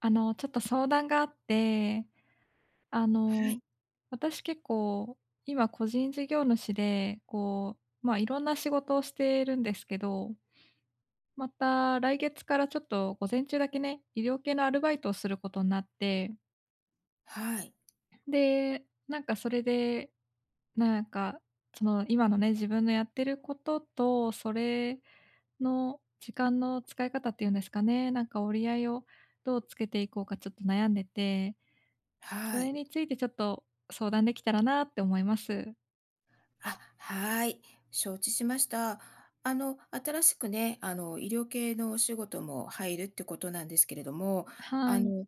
ちょっと相談があって、あはの、い。私結構、今個人事業主で、こう、まあ、いろんな仕事をしているんですけど、また来月からちょっと午前中だけね、医療系のアルバイトをすることになって、はい。で、なんかそれで、なんか、その今のね、自分のやってることと、それの時間の使い方っていうんですかね、なんか折り合いをどうつけていこうかちょっと悩んでて、そはれい。についてちょっと相談できたらなって思います。あ、はい。承知しました。新しくね、医療系のお仕事も入るってことなんですけれども、はあい。の、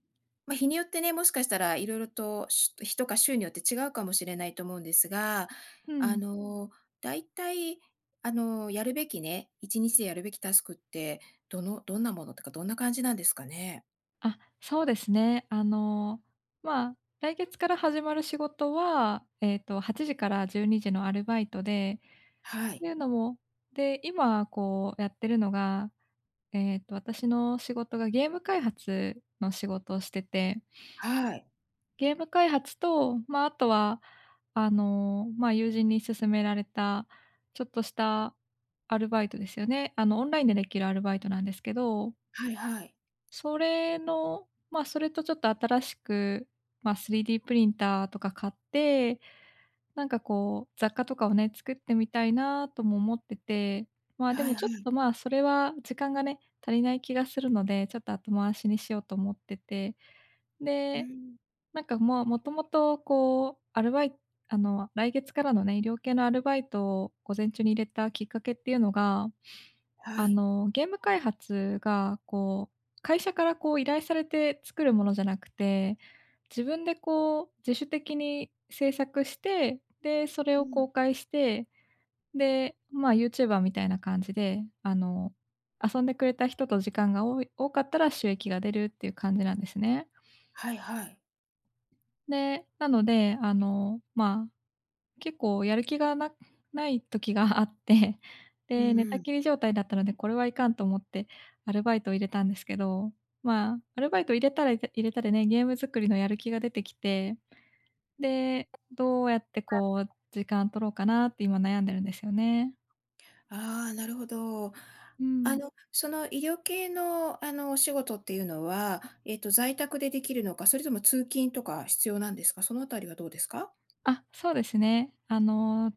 ま、日によってね、もしかしたら色々と、しゅ日とか週によって違うかもしれないと思うんですが、うあん。の、大体、やるべきね、1日でやるべきタスクって、どんなものとか、どんな感じなんですかね？あ、そうですね。まあ、来月から始まる仕事は、8時から12時のアルバイトで、はってい。いうのも、で、今こうやってるのが、私の仕事がゲーム開発の仕事をしてて、はい。ゲーム開発と、まあ、あとはまあ、友人に勧められた、ちょっとしたアルバイトですよね。オンラインでできるアルバイトなんですけど、はいはい。それの、まあ、それとちょっと新しく、まあ、3D プリンターとか買って、なんかこう、雑貨とかをね、作ってみたいなとも思ってて、まあ、ではいもはちょっい。と、まあ、それは時間がね、足りない気がするので、ちょっと後回しにしようと思ってて、うで、ん。なんか、まあ、もともとこう、アルバイあの、来月からのね、医療系のアルバイトを午前中に入れたきっかけっていうのが、はい。ゲーム開発がこう、会社からこう依頼されて作るものじゃなくて、自分でこう自主的に制作して、で、それうをん。公開して、で、まあ、ユーチューバーみたいな感じで、遊んでくれた人と時間が多かったら収益が出るっていう感じなんですね。はいはい。で、なので、まあ、結構やる気がない時があって、うで、ん寝うたん。きり状態だったので、これはいかんと思ってアルバイトを入れたんですけど、まあ、アルバイト入れたら入れたでね、ゲーム作りのやる気が出てきて、で、どうやってこう時間取ろうかなって今悩んでるんですよね。ああ、なるほど。うん。その医療系の、お仕事っていうのは、在宅でできるのか、それとも通勤とか必要なんですか？そのあたりはどうですか？あ、そうですね。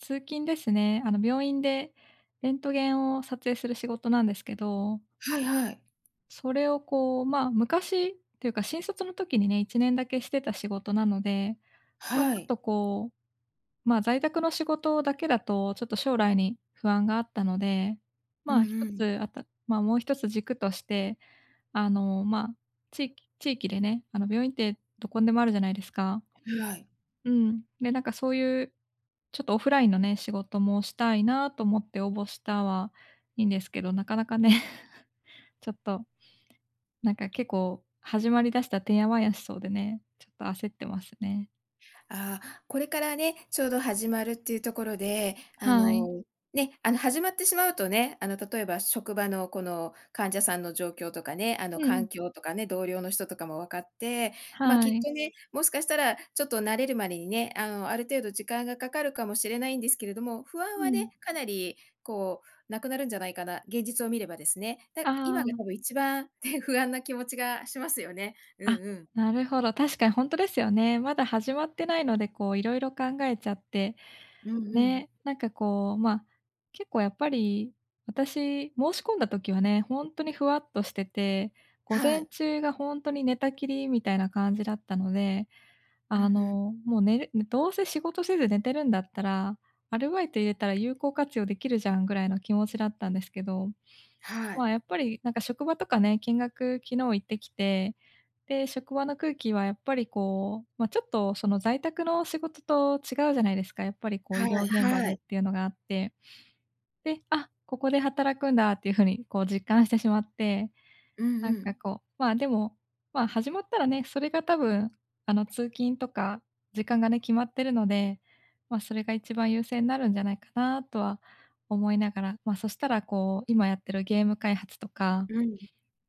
通勤ですね。病院でレントゲンを撮影する仕事なんですけど、はいはい。それをこう、まあ、昔っていうか、新卒の時にね、1年だけしてた仕事なので、まあ、はちょっい。とこう、まあ、在宅の仕事だけだと、ちょっと将来に不安があったので、うんまあ、1うん。つあたまあ、もう一つ軸として、まあ、地域地域でね、病院ってどこにでもあるじゃないですか。はい。うん。で、なんかそういう、ちょっとオフラインのね、仕事もしたいなと思って応募したはいいんですけど、なかなかね、ちょっとなんか結構、始まりだしたらてんやわんやしそうでね、ちょっと焦ってますね。ああ、これからね、ちょうど始まるっていうところで、はい。ね、始まってしまうとね、例えば職場のこの患者さんの状況とかね、うん。環境とかね、同僚の人とかも分かって、まあ、はきっい。とね、もしかしたらちょっと慣れるまでにね、ある程度時間がかかるかもしれないんですけれども、不安うはね、ん。かなりこなくなるんじゃないかな、現実を見ればですね。あ今あ、が多分一番ね、不安な気持ちがしますよね。うあ、んうん。なるほど、確かにほんとですよね。まだ始まってないので、こう、色々考えちゃって、うんうん。ね、なんかこう、ま、結構やっぱり、私、申し込んだ時はね、ほんとにふわっとしてて、午は前い。中がほんとに寝たきりみたいな感じだったので、うんうん。もう寝るどうせ仕事せず寝てるんだったら、アルバイト入れたら有効活用できるじゃんぐらいの気持ちだったんですけど、はい。ま、やっぱりなんか職場とかね、見学昨日行ってきて、で、職場の空気はやっぱりこう、ま、ちょっとその在宅の仕事と違うじゃないですか。やっぱりこう医は療い現場はでっい。ていうのがあって、で、あ、ここで働くんだっていう風にこう実感してしまって、うんなんうかん。こう、まあ、でも、まあ、始まったらね、それが多分、通勤とか時間がね、決まってるので、まあ、それが一番優先になるんじゃないかなとは思いながら、まあ、そしたらこう、今やってるゲーム開発とか、うん。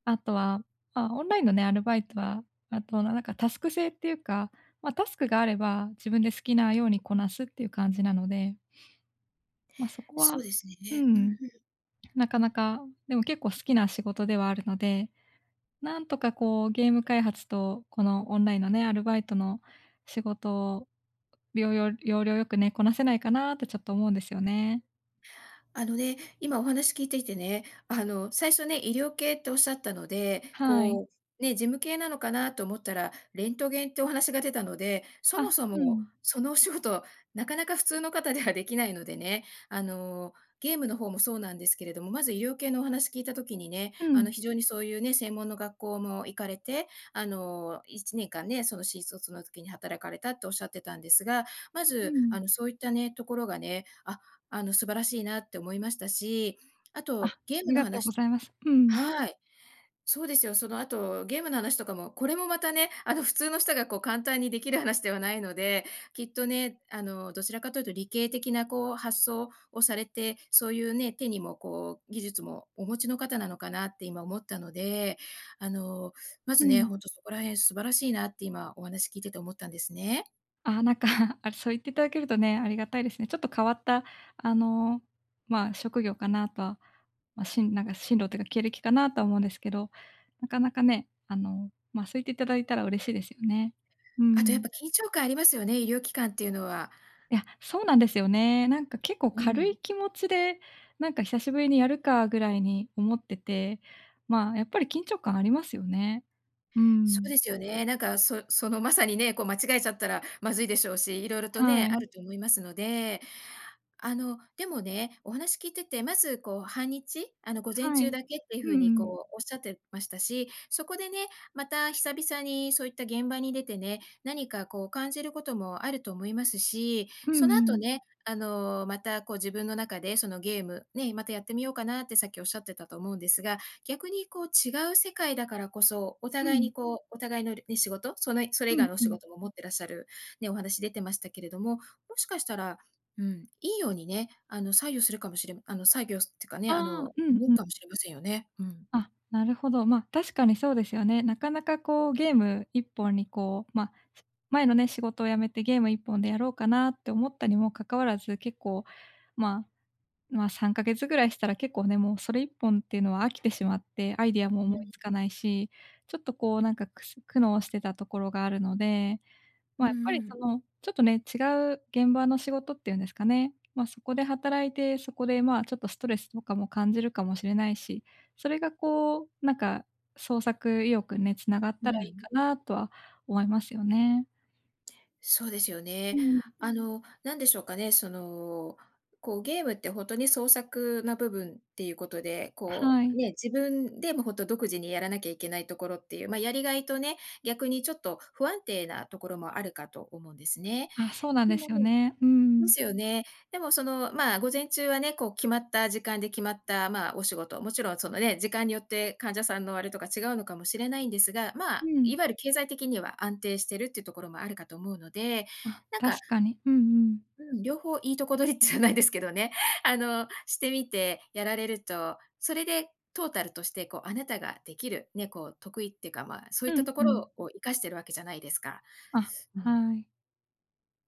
あとは、まあ、オンラインのね、アルバイトは、あと、なんかタスク制っていうか、まあ、タスクがあれば自分で好きなようにこなすっていう感じなので、まあ、そこそは、うですうね。うん、ん。なかなか、でも結構好きな仕事ではあるので、なんとかこう、ゲーム開発とこのオンラインのね、アルバイトの仕事を、りょうよ要領よくね、こなせないかなってちょっと思うんですよね。今お話聞いていてね、最初ね、医療系っておっしゃったので、はい。ね、事務系なのかなと思ったら、レントゲンってお話が出たので、そもあ、そうもん。そのお仕事、なかなか普通の方ではできないのでね、ゲームの方もそうなんですけれども、まず医療系のお話聞いたときにね、うん。非常にそういうね、専門の学校も行かれて、1年間ね、その新卒の時に働かれたっておっしゃってたんですが、まうず、ん。そういったね、ところがね、素晴らしいなって思いましたし、ああ、とあゲーりムのがとう話ごと、ざいます。うん。はい、そうですよ。その後ゲームの話とかも、これもまたね、普通の人が簡単にできる話ではないので、きっとね、どちらかというと理系的な発想をされて、そういうね、手にも技術もお持ちの方なのかなって今思ったので、あの、まうずね、ん。ほんとそこら辺素晴らしいなって今お話聞いてて思ったんですね。あ、なんか、あ、そう言っていただけるとね、ありがたいですね。ちょっと変わった、あの、まあ、職業かなとは、まあ、しんなんか進路というか経歴かなとは思うんですけど、なかなかね、まあ、そう言っていただいたら嬉しいですよね。うあとやっん。ぱ緊張感ありますよね、医療機関っていうのは。いや、そうなんですよね。なんか結構う軽ん。い気持ちで、なんか久しぶりにやるかぐらいに思ってて、まあ、やっぱり緊張感ありますよね。うそうん。ですよね。なんか、そのまさにね、間違えちゃったらまずいでしょうし、いろいろとね、はあい。ると思いますので、でもね、お話聞いてて、まず半日、午前はい。中うんだけっていう風うにん。おっしゃってましたし、そこでね、また久々にそういった現場に出てね、何か感じることもあると思いますし、うんうその後ん。ね、また自分の中でそのゲーム、ね、またやってみようかなってさっきおっしゃってたと思うんですが、逆に違う世界だからこそ、おう互いん。にお互いのね、仕事、それ以う外んのおう仕ん。事も持ってらっしゃる、ね、お話出てましたけれども、もしかしたらうん、いいようにね、作用するかもしれまあの、作業っていうかね、ああ、うん動うくん。かもしれませんよね。うん。あ、なるほど。まあ、確かにそうですよね。なかなかこうゲーム一本にこう、ま、前のね、仕事を辞めてゲーム一本でやろうかなって思ったにもかかわらず、結構、まあ、まあ、3ヶ月ぐらいしたら結構ね、もうそれ一本っていうのは飽きてしまって、アイディアもう思いん。つかないし、ちょっとこうなんか苦悩してたところがあるので、まうあ、やっんぱうりん。その、ちょっとね、違う現場の仕事っていうんですかね、ま、そこで働いて、そこでまあ、ちょっとストレスとかも感じるかもしれないし、それがこう、なんか創作意欲にね、繋がっうたらいいん。かなとは思いますよね。そうですようね。ん。なんでしょうかね、ゲームって本当に創作な部分っていうことで、はい。ね、自分でもほんと独自にやらなきゃいけないところっていう、まあ、やりがいとね、逆にちょっと不安定なところもあるかと思うんですね。あ、そうなんででもすよね。うでん。すよね。でもまあ、午前中はね、決まった時間で決まった、まあ、お仕事、もちろんそのね、時間によって患者さんのあれとか違うのかもしれないんですが、まうあ、ん。いわゆる経済的には安定してるっていうところもあるかと思うので、あ、なんか、確かに。うんうん。うん、両方いいとこ取りってじゃないですけどね、してみてやられると、それでトータルとして、あなたができる、ね、得意っていうか、まあ、そうういったんとうこん。ろを活かしてるわけじゃないですか。あ、うん。はい。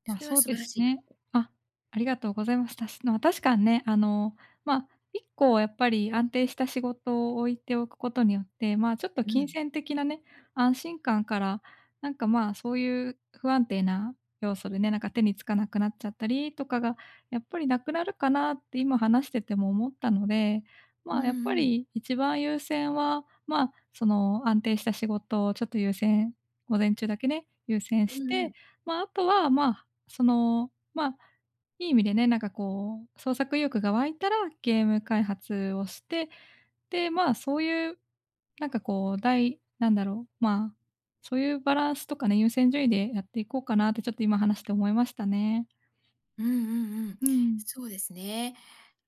まあ、それはそう素で晴らすしいね。な。あ、ありがとうございます。たしまあ、確かにね、まあ、一個やっぱり安定した仕事を置いておくことによって、まあ、ちょっとう金ん。銭的なね、安心感から、なんか、まあ、そういう不安定な要素でね、なんか手につかなくなっちゃったりとかが、やっぱりなくなるかなって今話してても思ったので、うまあ、やっんぱうん。り一番優先は、まあ、その安定した仕事をちょっと午前中だけね、優先うしんうて、ん。まあ、あとは、まあ、その、まあ、いい意味でね、なんかこう、創作意欲が湧いたらゲーム開発をして、で、まあ、そういう、なんかこう、なんだろう、まあ、そういうバランスとかね、優先順位でやっていこうかなってちょっと今話して思いましたね。うんうんうん。うん。そうですね。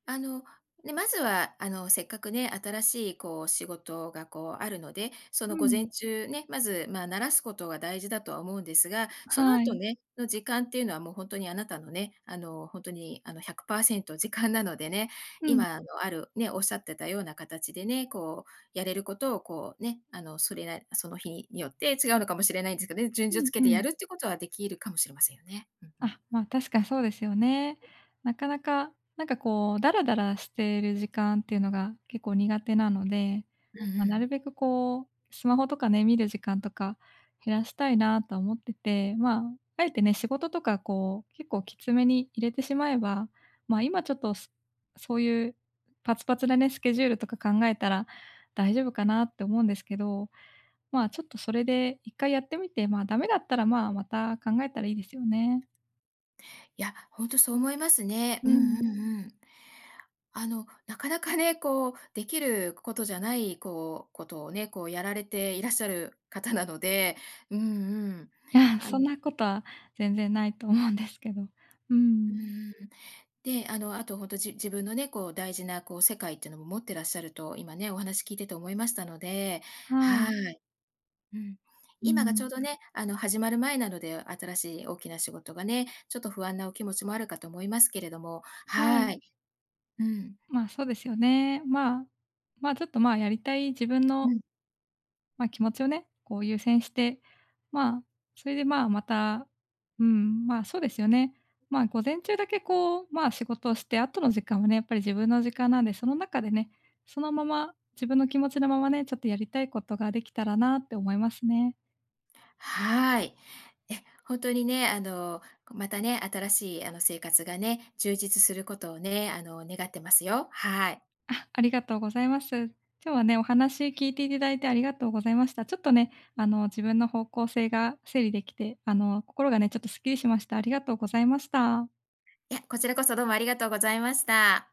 あの、ね、まずは、せっかくね、新しい仕事があるので、そうの午ん。前中ね、まず、まあ、慣らすことが大事だとは思うんですが、そのは後い。ね、の時間っていうのはもう本当にあなたのね、本当に100%時間なのでね、うん。今あるね、おっしゃってたような形でね、こうやれることをこうね、それなその日によって違うのかもしれないんですけどね、順序うんつけうてやん。るってことはできるかもしれませんよね。うんうん。あ、まあ、確かにそうですよね。なかなか、なんかこう、ダラダラしている時間っていうのが結構苦手なので、うんうまあ、なるん。べくこう、スマホとかね、見る時間とか減らしたいなとは思ってて、まあ、あえてね、仕事とかこう、結構きつめに入れてしまえば、まあ、今ちょっと、そういうパツパツなね、スケジュールとか考えたら大丈夫かなって思うんですけど、まあ、ちょっとそれで一回やってみて、まあ、ダメだったら、まあ、また考えたらいいですよね。いや、本当そう思いますね。ううんうん。んうん。なかなかね、できることじゃない、ことをね、やられていらっしゃる方なので、うんうん。いやあうそんのなことは全然ないと思うんですけど。ううん。ん。うん。で、あと本当自分のね、大事な、世界っていうのも持ってらっしゃると、今ね、お話聞いてて思いましたので、ははい。い。うん。う今がちん。ょうどね、始まる前なので、新しい大きな仕事がね、ちょっと不安なお気持ちもあるかと思いますけれども、ははい。い。うん。まあ、そうですよね。まあ、ちょっと、まあ、やりたい自分うの、ん。まあ、気持ちをね、こう優先して、まあ、それで、まあ、また、うん、まあ、そうですよね。まあ、午前中だけこう、まあ、仕事をして、後の時間はね、やっぱり自分の時間なんで、その中でね、そのまま、自分の気持ちのままね、ちょっとやりたいことができたらなって思いますね。はい。え、本当にね、またね、新しい生活がね、充実することをね、願ってますよ。はい。あ、ありがとうございます。今日はね、お話聞いていただいてありがとうございました。ちょっとね、自分の方向性が整理できて、心がね、ちょっとすっきりしました。ありがとうございました。いや、こちらこそどうもありがとうございました。